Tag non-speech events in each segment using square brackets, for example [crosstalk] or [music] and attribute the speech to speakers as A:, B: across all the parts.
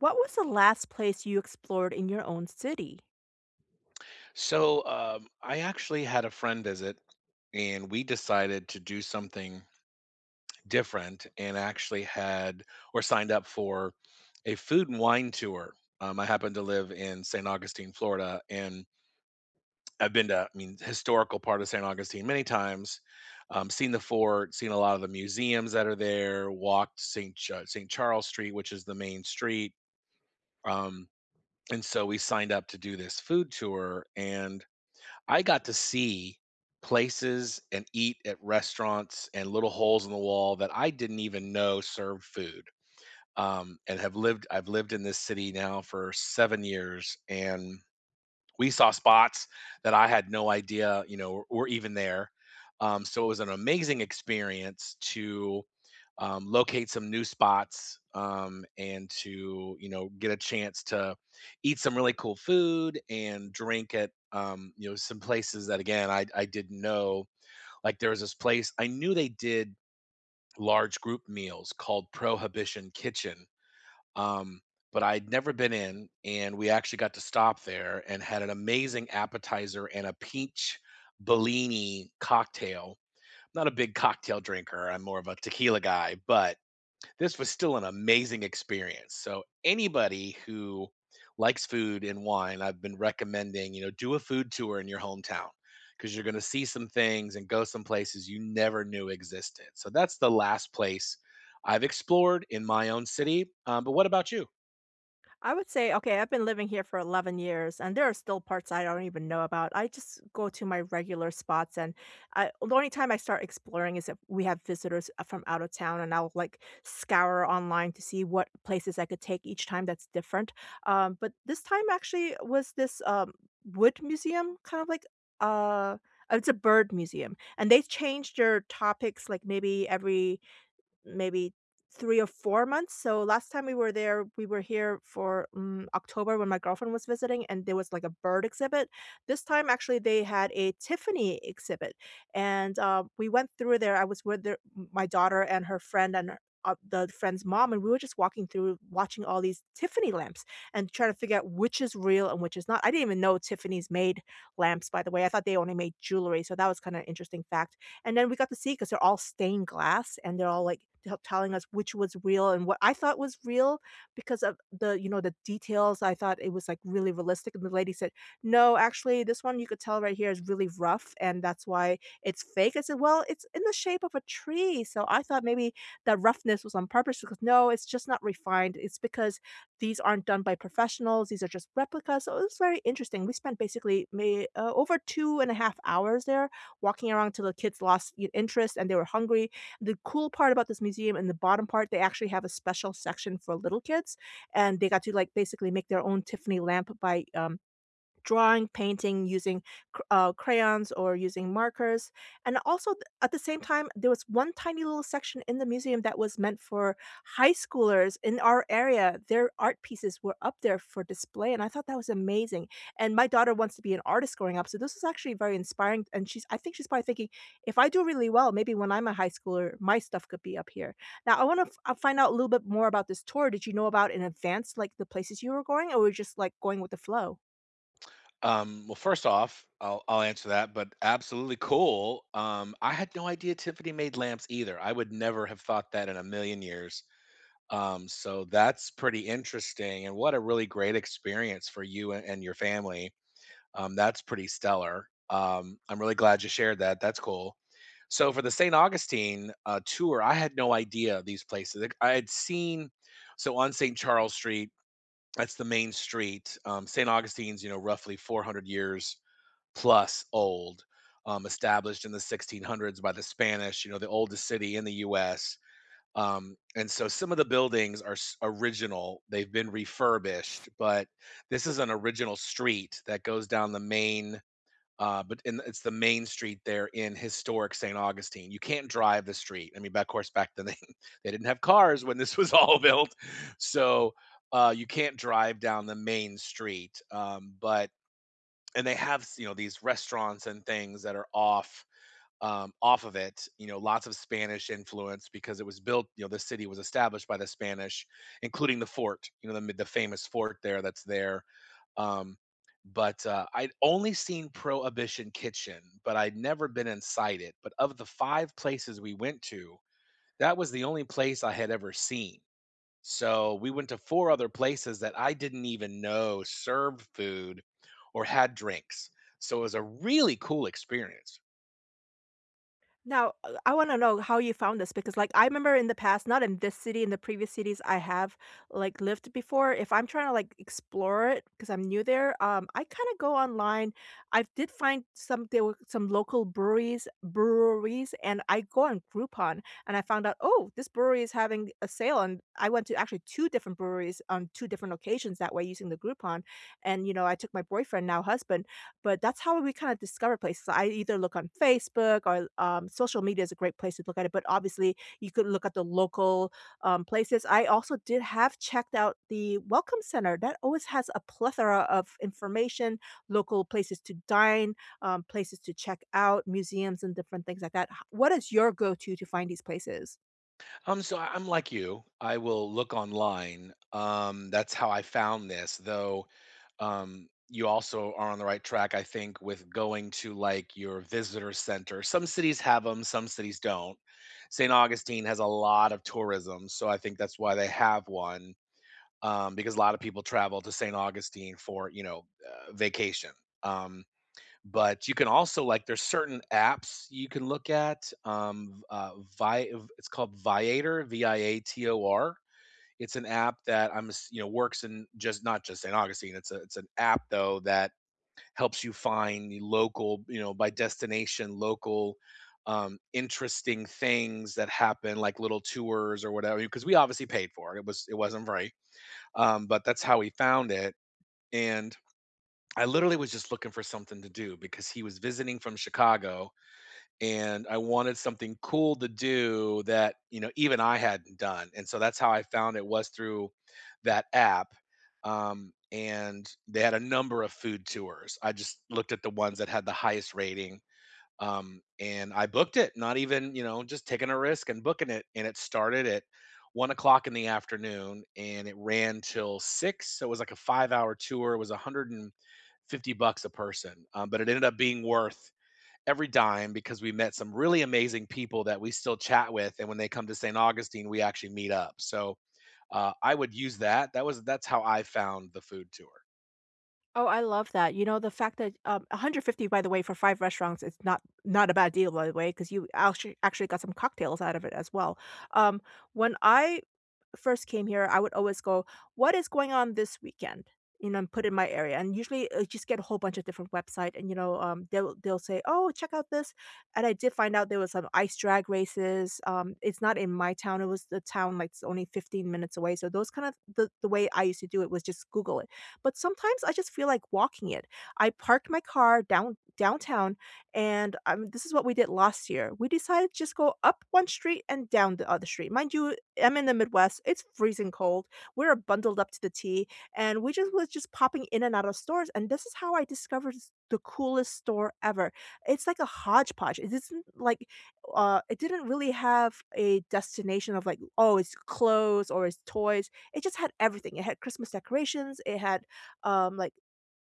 A: What was the last place you explored in your own city?
B: So I actually had a friend visit, and we decided to do something different, and actually had or signed up for a food and wine tour. I happen to live in St. Augustine, Florida, and I've been to, I mean, historical part of St. Augustine many times. Seen the fort, seen a lot of the museums that are there. Walked St. Charles Street, which is the main street. Um, and so we signed up to do this food tour, and I got to see places and eat at restaurants and little holes in the wall that I didn't even know served food. And have lived I've lived in this city now for 7 years and we saw spots that I had no idea were even there. So it was an amazing experience to locate some new spots, and to get a chance to eat some really cool food and drink at, some places that again I didn't know. Like there was this place I knew they did large group meals called Prohibition Kitchen, um, but I'd never been in, and we actually got to stop there and had an amazing appetizer and a peach Bellini cocktail. Not a big cocktail drinker. I'm more of a tequila guy, but this was still an amazing experience. So anybody who likes food and wine, I've been recommending do a food tour in your hometown because you're going to see some things and go some places you never knew existed. So that's the last place I've explored in my own city. But what about you?
A: I would say, okay, I've been living here for 11 years and there are still parts I don't even know about. I just go to my regular spots and I, the only time I start exploring is if we have visitors from out of town, and I'll like scour online to see what places I could take each time that's different. But this time actually was this wood museum, kind of like uh, it's a bird museum, and they change their topics like maybe every maybe 3 or 4 months. So last time we were there, we were here for, mm, October when my girlfriend was visiting, and there was, like, a bird exhibit. This time, actually, they had a Tiffany exhibit, and, we went through there. I was with their my daughter and her friend and, the friend's mom, and we were just walking through watching all these Tiffany lamps and trying to figure out which is real and which is not. I didn't even know Tiffany's made lamps, by the way. I thought they only made jewelry, so that was kinda an interesting fact. And then we got to see because 'cause they're all stained glass and they're all, like, t telling us which was real. And what I thought was real because of the, you know, the details, I thought it was, like, really realistic, and the lady said, "No, actually, this one you could tell right here is really rough, and that's why it's fake." I said, "Well, it's in the shape of a tree, so I thought maybe that roughness was on purpose." Because, "No, it's just not refined. It's because these aren't done by professionals. These are just replicas." So it was very interesting. We spent basically may over 2 and a half hours there, walking around till the kids lost interest and they were hungry. The cool part about this museum, in the bottom part, they actually have a special section for little kids, and they got to like basically make their own Tiffany lamp by drawing, painting, using crayons or using markers. And also, at the same time, there was one tiny little section in the museum that was meant for high schoolers in our area. Their art pieces were up there for display, and I thought that was amazing. And my daughter wants to be an artist growing up, so this is actually very inspiring. And she's, I think she's probably thinking, if I do really well, maybe when I'm a high schooler, my stuff could be up here. Now, I want to find out a little bit more about this tour. Did you know about in advance, like the places you were going, or were you just like going with the flow?
B: Well, first off, I'll answer that, but absolutely cool. I had no idea Tiffany made lamps either. I would never have thought that in a million years. So that's pretty interesting, and what a really great experience for you and your family. That's pretty stellar. I'm really glad you shared that. That's cool. So for the St. Augustine tour, I had no idea these places. Like, I had seen so on St. Charles Street. That's the main street. St. Augustine's roughly 400 years plus old, established in the 1600s by the Spanish, the oldest city in the US. And so some of the buildings are original, they've been refurbished, but this is an original street that goes down the main. It's the main street there in historic St. Augustine. You can't drive the street. I mean, back of course, back then they, [laughs] they didn't have cars when this was all [laughs] built, so you can't drive down the main street. But and they have, these restaurants and things that are off of it. Lots of Spanish influence because it was built, the city was established by the Spanish, including the fort. The famous fort there that's there. Um, but I'd only seen Prohibition Kitchen, but I'd never been inside it, but of the five places we went to, that was the only place I had ever seen. So we went to 4 other places that I didn't even know served food or had drinks. So it was a really cool experience.
A: Now, I wanna know how you found this because, like, I remember in the past, not in this city, in the previous cities I have, like, lived before, if I'm trying to, like, explore it because 'cause I'm new there, I kinda go online. I did find some, there were some local breweries, and I go on Groupon, and I found out, "Oh, this brewery is having a sale," and I went to actually 2 different breweries on 2 different occasions that way using the Groupon, and, you know, I took my boyfriend, now husband, but that's how we kinda discover places. I either look on Facebook or, social media is a great place to look at it, but obviously, you could look at the local, places. I also did have checked out the Welcome Center. That always has a plethora of information, local places to dine, places to check out, museums, and different things like that. H What is your go-to to find these places?
B: So I'm like you. I will look online. That's how I found this, though. You also are on the right track, I think, with going to like your visitor center. Some cities have them, some cities don't. St. Augustine has a lot of tourism, so I think that's why they have one, because a lot of people travel to St. Augustine for vacation. Um, but you can also like there's certain apps you can look at. Vi- it's called Viator, Viator. It's an app that I'm ass- you know works in just not just St. Augustine. It's an app though that helps you find the local, by destination, local, interesting things that happen like little tours or whatever because we obviously paid for it. It was it wasn't free. But that's how he found it. And I literally was just looking for something to do because he was visiting from Chicago and I wanted something cool to do that even I hadn't done. And so that's how I found it was through that app. And they had a number of food tours. I just looked at the ones that had the highest rating, and I booked it. Not even just taking a risk and booking it. And it started at 1 o'clock in the afternoon, and it ran till 6. So it was like a 5-hour tour. It was 150 bucks a person, but it ended up being worth every dime because we met some really amazing people that we still chat with. And when they come to St. Augustine, we actually meet up. So I would use that. That was that's how I found the food tour.
A: Oh, I love that. You know, the fact that 150, by the way, for five restaurants, it's not a bad deal, by the way, because you actually got some cocktails out of it as well. Um, when I first came here, I would always go, "What is going on this weekend?" You know, and put in my area, and usually I just get a whole bunch of different website, and you know, they'll say, "Oh, check out this," and I did find out there was some ice drag races. It's not in my town; it was the town, like, it's only 15 minutes away. So those kind of, the way I used to do it was just Google it. But sometimes I just feel like walking it. I parked my car downtown, and this is what we did last year. We decided to just go up one street and down the other street. Mind you, I'm in the Midwest, it's freezing cold, we're bundled up to the T, and we just was just popping in and out of stores, and this is how I discovered s the coolest store ever. It's like a hodgepodge, it isn't like, it didn't really have a destination of like, "Oh, it's clothes or it's toys." It just had everything, it had Christmas decorations, it had, like,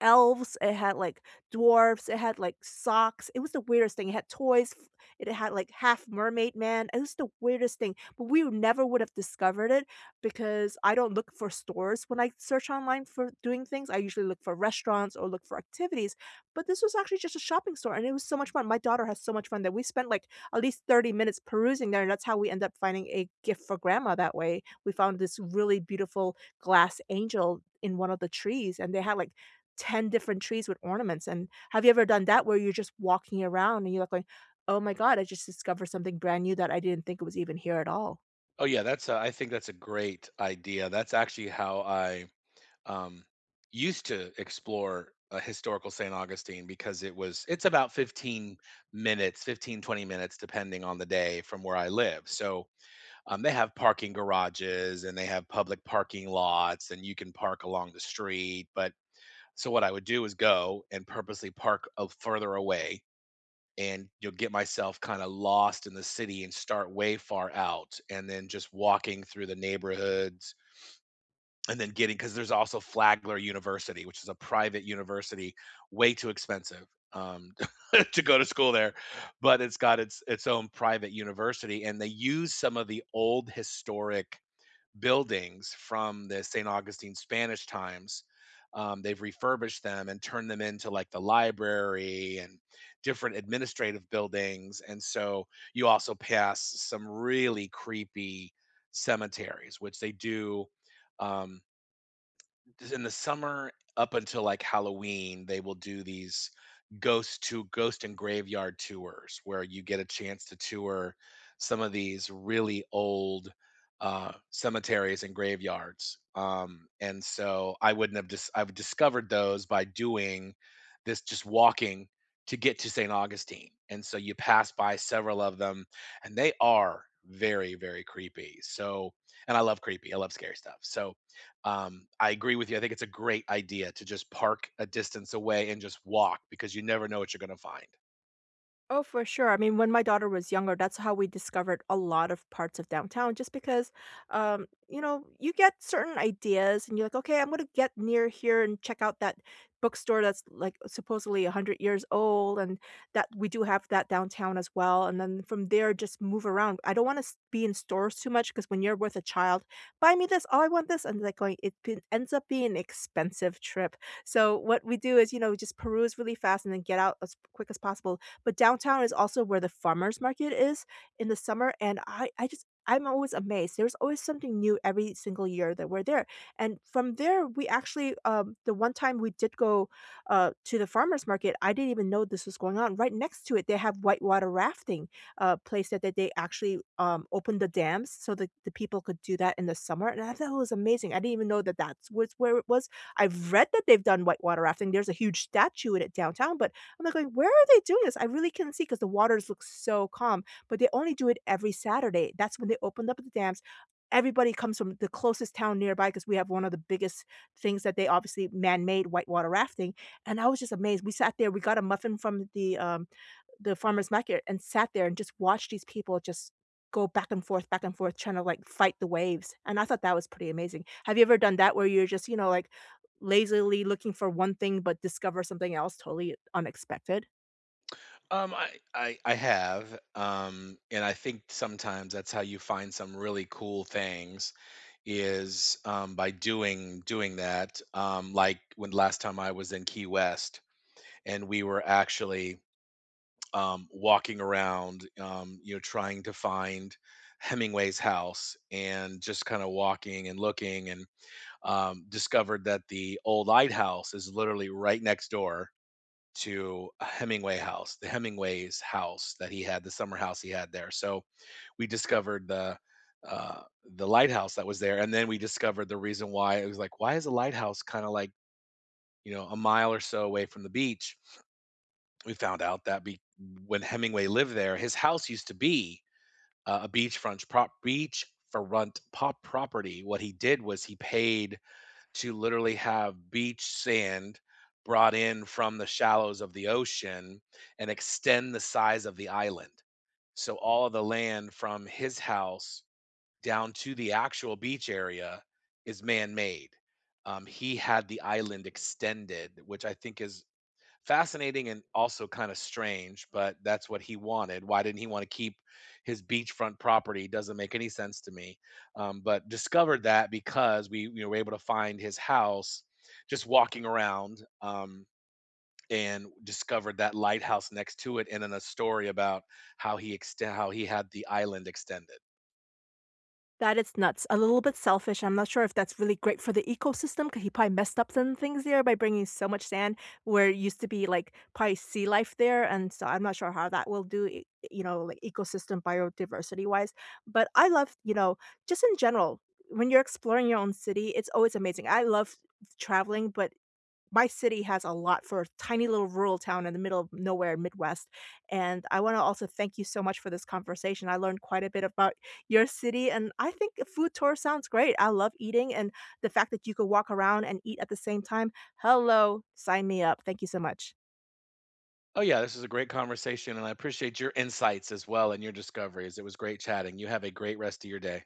A: elves, it had, like, dwarves, it had, like, socks, it was the weirdest thing, it had toys, it had like half mermaid man. It was the weirdest thing, but we would never would have discovered it because I don't look for stores when I search online for doing things. I usually look for restaurants or look for activities, but this was actually just a shopping store and it was so much fun. My daughter has so much fun that we spent like at least 30 minutes perusing there, and that's how we end up finding a gift for grandma that way. We found this really beautiful glass angel in one of the trees, and they had like 10 different trees with ornaments. And have you ever done that where you're just walking around and you're like going, oh my god, I just discovered something brand new that I didn't think was even here at all?
B: Oh yeah, I think that's a great idea. That's actually how I um, used to explore a historical St. Augustine because it's about 15 minutes, 15 20 minutes depending on the day from where I live. So, they have parking garages and they have public parking lots and you can park along the street, but so what I would do is go and purposely park a further away and you'll get myself kind of lost in the city and start way far out and then just walking through the neighborhoods and then getting because there's also Flagler University, which is a private university, way too expensive, um, [laughs] to go to school there, but it's got its own private university, and they use some of the old historic buildings from the St. Augustine Spanish times. They've refurbished them and turned them into like the library and different administrative buildings, and so you also pass some really creepy cemeteries, which they do. Um, in the summer up until like Halloween, they will do these ghost to ghost and graveyard tours where you get a chance to tour some of these really old cemeteries and graveyards. And so I wouldn't have just I've discovered those by doing this just walking to get to St. Augustine. And so you pass by several of them and they are very, very creepy. So and I love creepy. I love scary stuff. So I agree with you. I think it's a great idea to just park a distance away and just walk because you never know what you're going to find.
A: Oh, for sure. I mean, when my daughter was younger, that's how we discovered a lot of parts of downtown, just because, you know, you get certain ideas and you're like, okay, I'm going to get near here and check out that bookstore that's like supposedly 100 years old, and that we do have that downtown as well. And then from there, just move around. I don't want to be in stores too much because when you're with a child, buy me this, oh, I want this. And like going, it ends up being an expensive trip. So what we do is, you know, just peruse really fast and then get out as quick as possible, but downtown is also where the farmers market is in the summer, and I'm always amazed. There's always something new every single year that we're there. And from there, we actually, the one time we did go to the farmers market, I didn't even know this was going on. Right next to it, they have whitewater rafting, place that they actually opened the dams so that the people could do that in the summer. And I thought it was amazing. I didn't even know that that's was where it was. I've read that they've done whitewater rafting. There's a huge statue in it downtown, but I'm like going, "Where are they doing this?" I really couldn't see because the waters look so calm, but they only do it every Saturday. That's when they opened up the dams. Everybody comes from the closest town nearby because we have one of the biggest things that they obviously man-made whitewater rafting, and I was just amazed. We sat there, we got a muffin from the farmer's market, and sat there and just watched these people just go back and forth, trying to, like, fight the waves, and I thought that was pretty amazing. Have you ever done that where you're just, you know, like, lazily looking for one thing but discover something else totally unexpected?
B: I have, and I think sometimes that's how you find some really cool things is by doing that. Like when last time I was in Key West, and we were actually, walking around, trying to find Hemingway's house, and just kind of walking and looking, and discovered that the old lighthouse is literally right next door to a Hemingway house, the Hemingway's house that he had, the summer house he had there. So we discovered uh, the lighthouse that was there, and then we discovered the reason why it was like, why is a lighthouse kind of like a mile or so away from the beach? We found out that when Hemingway lived there, his house used to be a beach front property. What he did was he paid to literally have beach sand brought in from the shallows of the ocean and extend the size of the island. So all of the land from his house down to the actual beach area is man-made. He had the island extended, which I think is fascinating and also kind of strange, but that's what he wanted. Why didn't he want to keep his beachfront property? Doesn't make any sense to me. But discovered that because we, you know, were able to find his house just walking around, and discovered that lighthouse next to it and then a story about how he had the island extended.
A: That is nuts. A little bit selfish. I'm not sure if that's really great for the ecosystem because he probably messed up some things there by bringing so much sand where it used to be like probably sea life there. And so I'm not sure how that will do, you know, like ecosystem biodiversity wise. But I love, you know, just in general, when you're exploring your own city, it's always amazing. I love traveling, but my city has a lot for a tiny little rural town in the middle of nowhere Midwest, and I wanna also thank you so much for this conversation. I learned quite a bit about your city, and I think a food tour sounds great. I love eating, and the fact that you could walk around and eat at the same time, hello, sign me up. Thank you so much.
B: Oh yeah, this is a great conversation and I appreciate your insights as well and your discoveries. It was great chatting. You have a great rest of your day.